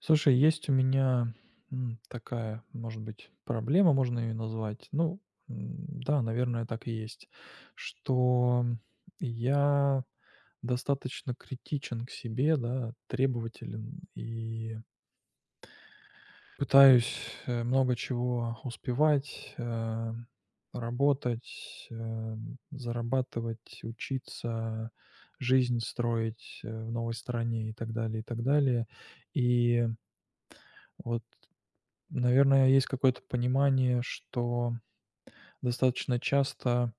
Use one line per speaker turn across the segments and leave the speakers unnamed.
Слушай, есть у меня, такая, может быть, проблема, можно ее назвать. Ну, да, наверное, так и есть, что я достаточно критичен к себе, да, требователен и пытаюсь, много чего успевать, работать, зарабатывать, учиться, жизнь строить, в новой стране и так далее, и так далее. И вот. Наверное, есть какое-то понимание, что достаточно часто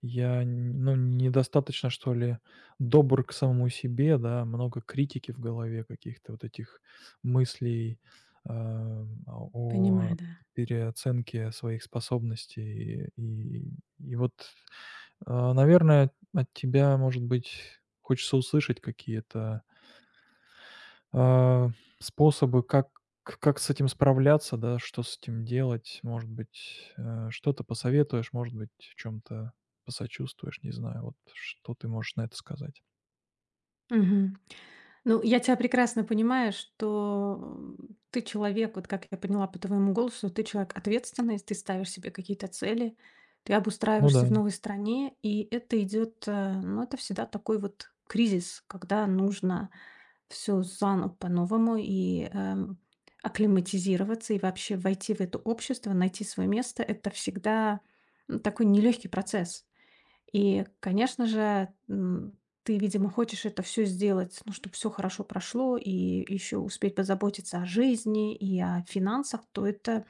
я, н ну, недостаточно, что ли, добр к самому себе, да. Много критики в голове, каких-то вот этих мыслей, о
Понимаю, да.
переоценке своих способностей. И вот, наверное, от тебя, может быть, хочется услышать какие-то а, способы, как с этим справляться, да, что с этим делать? Может быть, что-то посоветуешь, может быть, в чем то посочувствуешь, не знаю, вот что ты можешь на это сказать?
Мгм. Ну, я тебя прекрасно понимаю, что ты человек, вот как я поняла по твоему голосу, ты человек ответственный, ты ставишь себе какие-то цели, ты
Ну да.
обустраиваешься в новой стране, и это идет, ну, это всегда такой вот кризис, когда нужно все заново по-новому и акклиматизироваться и вообще войти в это общество, найти свое место. Это всегда такой нелегкий процесс. И, конечно же, ты, видимо, хочешь это все сделать, ну, чтобы все хорошо прошло, и еще успеть позаботиться о жизни и о финансах, то это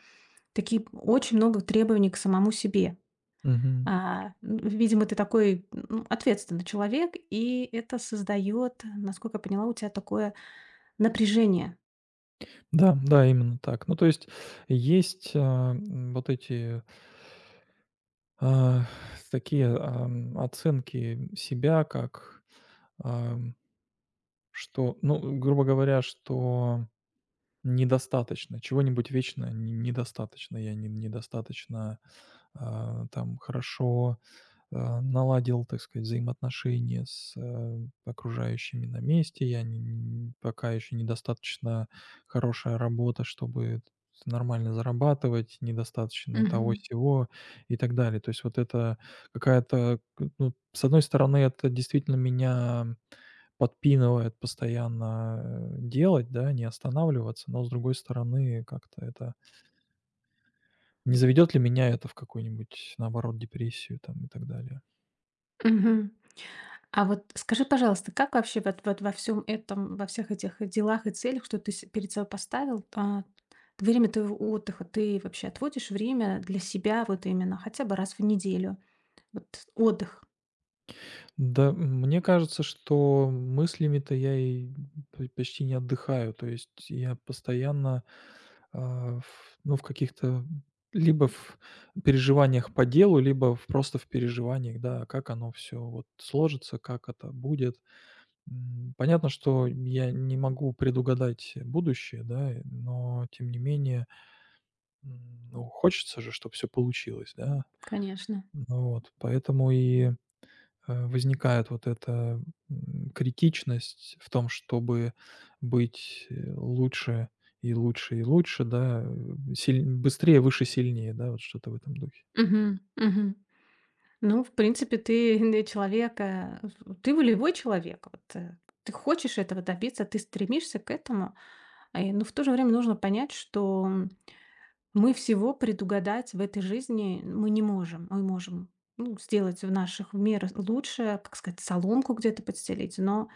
такие очень много требований к самому себе.
Мгм.
Видимо, ты такой, ну, ответственный человек, и это создает, насколько я поняла, у тебя такое напряжение.
Да, да, именно так. Ну, то есть есть, вот эти, а, такие, оценки себя, как, ам, что, ну, грубо говоря, что недостаточно, чего-нибудь вечно н недостаточно, я не недостаточно там хорошо, наладил, так сказать, взаимоотношения с, окружающими на месте. Я не н пока еще недостаточно хорошая работа, чтобы нормально зарабатывать, недостаточно того
Мгм.
всего и так далее. То есть вот это какая-то, к ну, с одной стороны, это действительно меня подпинывает постоянно, делать, да, не останавливаться, но с другой стороны, как-то это не заведет ли меня это в какую-нибудь, наоборот, депрессию там и так далее?
Мгм. А вот скажи, пожалуйста, как вообще вот, вот во всем этом, во всех этих делах и целях, что ты перед собой поставил, время твоего отдыха, ты вообще отводишь время для себя вот именно хотя бы раз в неделю? Вот отдых,
Да, мне кажется, что мыслями-то я и п почти не отдыхаю. То есть я постоянно, в ну, в каких-то либо в переживаниях по делу, либо в просто в переживаниях, да, как оно все вот сложится, как это будет. Понятно, что я не могу предугадать будущее, да, но тем не менее, ну, хочется же, чтобы все получилось, да.
конечно.
Ну вот, поэтому и, возникает вот эта, критичность в том, чтобы быть, лучше и лучше и лучше, да, э, силь быстрее, выше, сильнее, да, вот что-то в этом духе.
Мгм, мгм. Ну, в принципе, ты не человек, ты волевой человек. Вот, ты хочешь этого добиться, ты стремишься к этому. Но в то же время нужно понять, что мы всего предугадать в этой жизни мы не можем. Мы можем, ну, сделать в наших мерах лучшее, как сказать, соломку где-то подстелить, но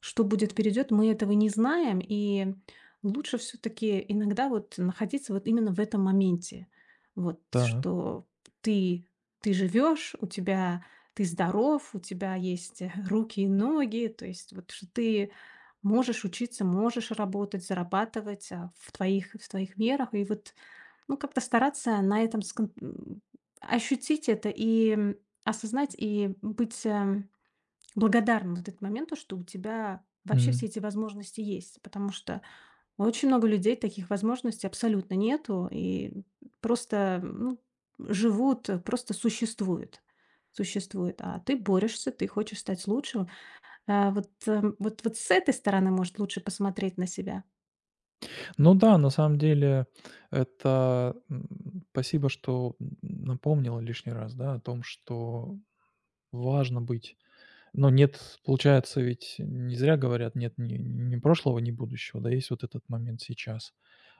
что будет вперед, мы этого не знаем, и лучше все таки иногда вот находиться вот именно в этом моменте. Вот
Так.
что ты ты живешь, у тебя ты здоров, у тебя есть, руки и ноги, то есть вот что ты можешь учиться, можешь работать, зарабатывать, в твоих мерах. И вот ну, как-то стараться на этом ощутить это и, осознать, и быть, благодарным вот этому моменту, что у тебя вообще
м.
все эти возможности есть. Потому что у очень много людей таких возможностей абсолютно нету и просто, ну, живут, просто существуют. А ты борешься, ты хочешь стать лучше. Вот с этой стороны, может, лучше посмотреть на себя.
Ну да, на самом деле это, спасибо, что напомнила лишний раз, да, о том, что важно быть. Но нет, получается, ведь не зря говорят, нет ни прошлого, ни будущего, да, есть вот этот момент сейчас.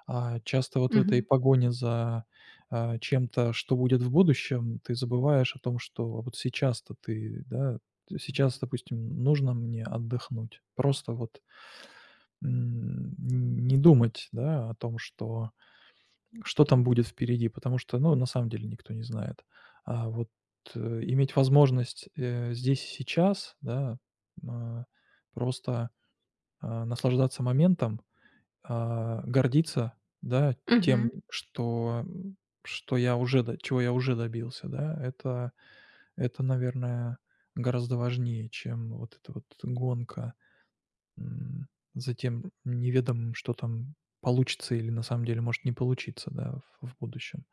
А часто вот в этой
Мгм.
погоне за, чем-то, что будет в будущем, ты забываешь о том, что а вот сейчас-то ты, да, сейчас, допустим, нужно мне отдохнуть. Просто вот, м, не думать, да, о том, что что там будет впереди, потому что, ну, на самом деле никто не знает. А вот, иметь возможность, здесь и сейчас, да, а, просто, наслаждаться моментом, гордиться, да,
Мгм.
тем, что, что я уже до чего я уже добился, да, это, наверное, гораздо важнее, чем вот эта вот гонка, м, за тем неведомым, что там получится или на самом деле может не получиться, да, в будущем.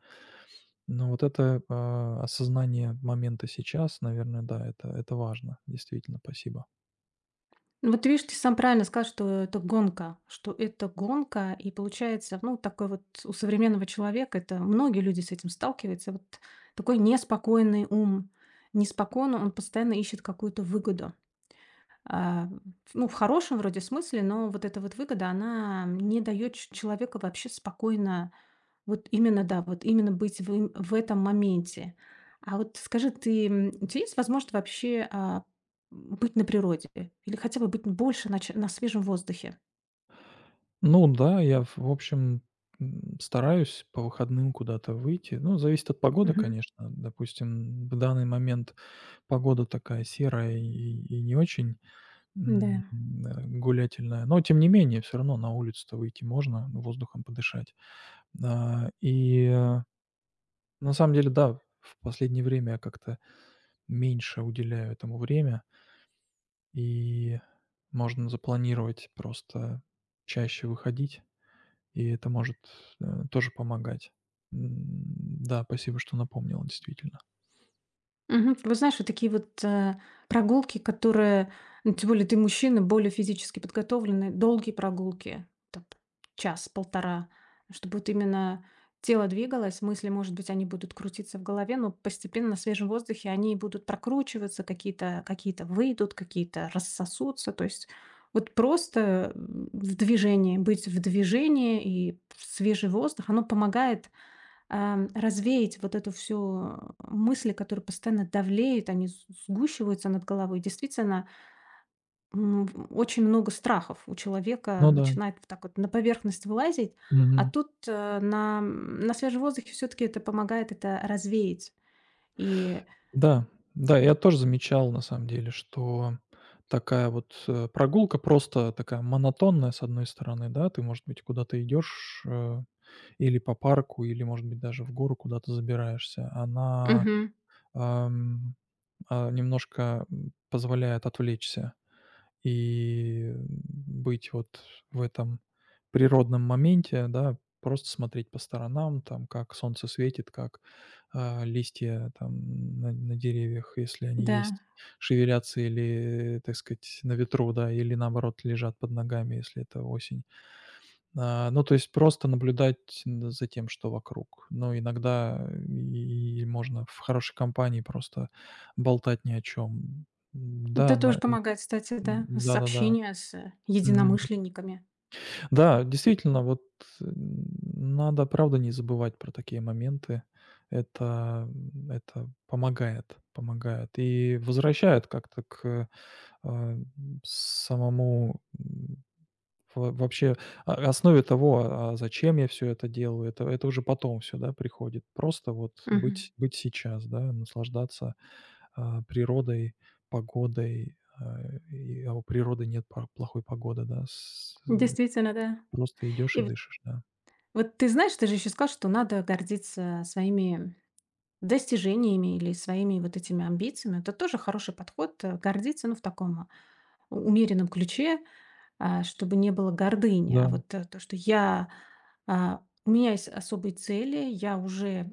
Ну, вот это, осознание момента сейчас, наверное, да, это важно. Действительно, спасибо.
Ну, вот видишь, ты сам правильно сказал, что это гонка, и получается, ну, такой вот у современного человека, это многие люди с этим сталкиваются, вот такой неспокойный ум, неспокойно он постоянно ищет какую-то выгоду. А, ну, в хорошем вроде смысле, но вот эта вот выгода, она не дает человеку вообще спокойно вот именно, да, вот именно быть в им в этом моменте. А вот скажи, ты, у тебя есть возможность вообще, быть на природе или хотя бы быть больше на ч на свежем воздухе?
Ну да, я, в общем, стараюсь по выходным куда-то выйти. Ну, зависит от погоды,
Мгм.
конечно. Допустим, в данный момент погода такая серая и не очень, м,
Да.
гулятельная. Но тем не менее, все равно на улицу-то выйти можно, воздухом подышать. А, и, э, на самом деле, да, в последнее время я как-то меньше уделяю этому время. И можно запланировать просто чаще выходить, и это может, тоже помогать. Да, спасибо, что напомнила, действительно.
Мгм. Ты вот знаешь, вот такие вот, прогулки, которые, ну, тем более ты мужчина, более физически подготовленный, долгие прогулки, там час-полтора, чтобы вот именно тело двигалось, мысли, может быть, они будут крутиться в голове, но постепенно на свежем воздухе они будут прокручиваться, какие-то какие-то выйдут, какие-то рассосутся. То есть вот просто, в движении, быть в движении и свежий воздух, оно помогает развеять вот эту всю мысли, которые постоянно давлеют, они сгущиваются над головой. Действительно, очень много страхов у человека
Ну да.
начинает вот так вот на поверхность вылазить, а
Мгм.
тут на свежем воздухе все-таки это помогает это развеять. И
Да, да, я тоже замечал, на самом деле, что такая вот, прогулка просто такая монотонная, с одной стороны, да. Ты, может быть, куда-то идешь, или по парку, или, может быть, даже в гору куда-то забираешься. Она,
мгм.
ам, немножко, позволяет отвлечься. И быть вот в этом природном моменте, да, просто смотреть по сторонам, там, как солнце светит, как, листья там на деревьях, если они
Да,
есть, шевелятся или, так сказать, на ветру, да, или наоборот лежат под ногами, если это осень. Ну, то есть просто наблюдать н за тем, что вокруг. Но иногда и можно в хорошей компании просто болтать ни о чем.
это
Да,
тоже
на н
помогает, кстати, да, с
да-да-да.
общения с
Мгм.
единомышленниками.
Да, действительно, вот, м, надо, правда, не забывать про такие моменты. Это, это помогает, помогает и возвращает как-то к, а, самому, м, во вообще, основе того, зачем я все это делаю. Это уже потом все, да, приходит. Просто вот
Мгм.
быть сейчас, да, наслаждаться, природой, погодой, у природы нет пар плохой погоды, да.
Действительно, да.
Просто идешь
И
и
вот,
дышишь, да.
вот ты знаешь, ты же еще сказал, что надо гордиться своими достижениями или своими вот этими амбициями. Это тоже хороший подход, гордиться, ну, в таком умеренном ключе, чтобы не было гордыни. А
Да.
вот то, что у меня есть особые цели, я уже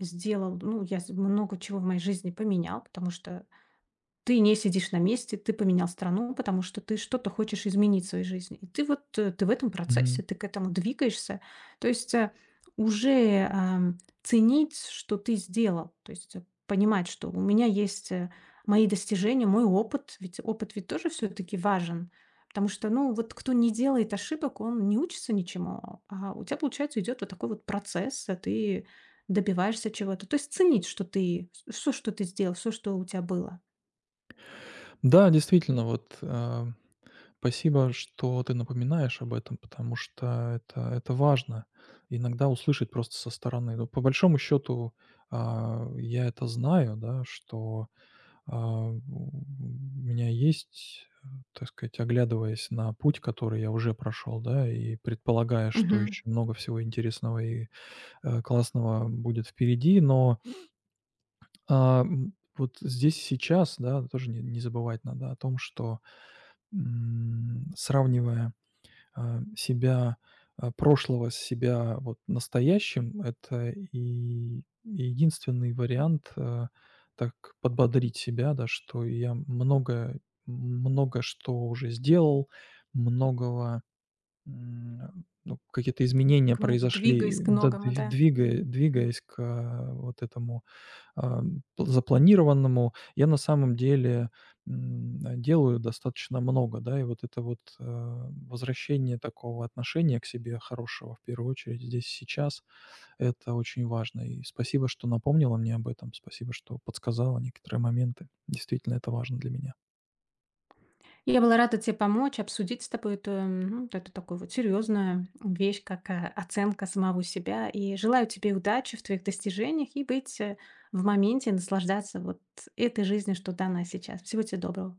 сделал, ну, я много чего в моей жизни поменял, потому что ты не сидишь на месте, ты поменял страну, потому что ты что-то хочешь изменить в своей жизни. И ты вот ты в этом процессе,
Мгм.
ты к этому двигаешься. То есть уже ценить, что ты сделал, то есть понимать, что у меня есть мои достижения, мой опыт ведь тоже все-таки важен, потому что, ну, вот кто не делает ошибок, он не учится ничему, а у тебя, получается, идет вот такой вот процесс, а ты добиваешься чего-то. То есть ценить, что ты, все, что ты сделал, все, что у тебя было.
Да, действительно, вот, спасибо, что ты напоминаешь об этом, потому что это важно. Иногда услышать просто со стороны. Ну, по большому счету я это знаю, да, что, у меня есть, так сказать, оглядываясь на путь, который я уже прошел, да, и предполагая, что
Мгм.
еще много всего интересного и, классного будет впереди, но. Вот здесь и сейчас, да, тоже не не забывать надо о том, что, сравнивая, себя, прошлого с себя вот настоящим, это и единственный вариант, так подбодрить себя, да, что я много много что уже сделал, многого, ну, какие-то изменения
К ну двигаясь
произошли,
к
да,
многому, да.
двигаясь к, вот этому а, п запланированному. Я на самом деле, делаю достаточно много, да, и вот это вот, возвращение такого отношения к себе хорошего, в первую очередь, здесь и сейчас, это очень важно. И спасибо, что напомнила мне об этом, спасибо, что подсказала некоторые моменты. Действительно, это важно для меня.
Я была рада тебе помочь, обсудить с тобой эту, вот эту такую вот серьезную вещь, как, оценка самого себя. И желаю тебе удачи в твоих достижениях и быть, в моменте, наслаждаться вот этой жизнью, что дана сейчас. Всего тебе доброго.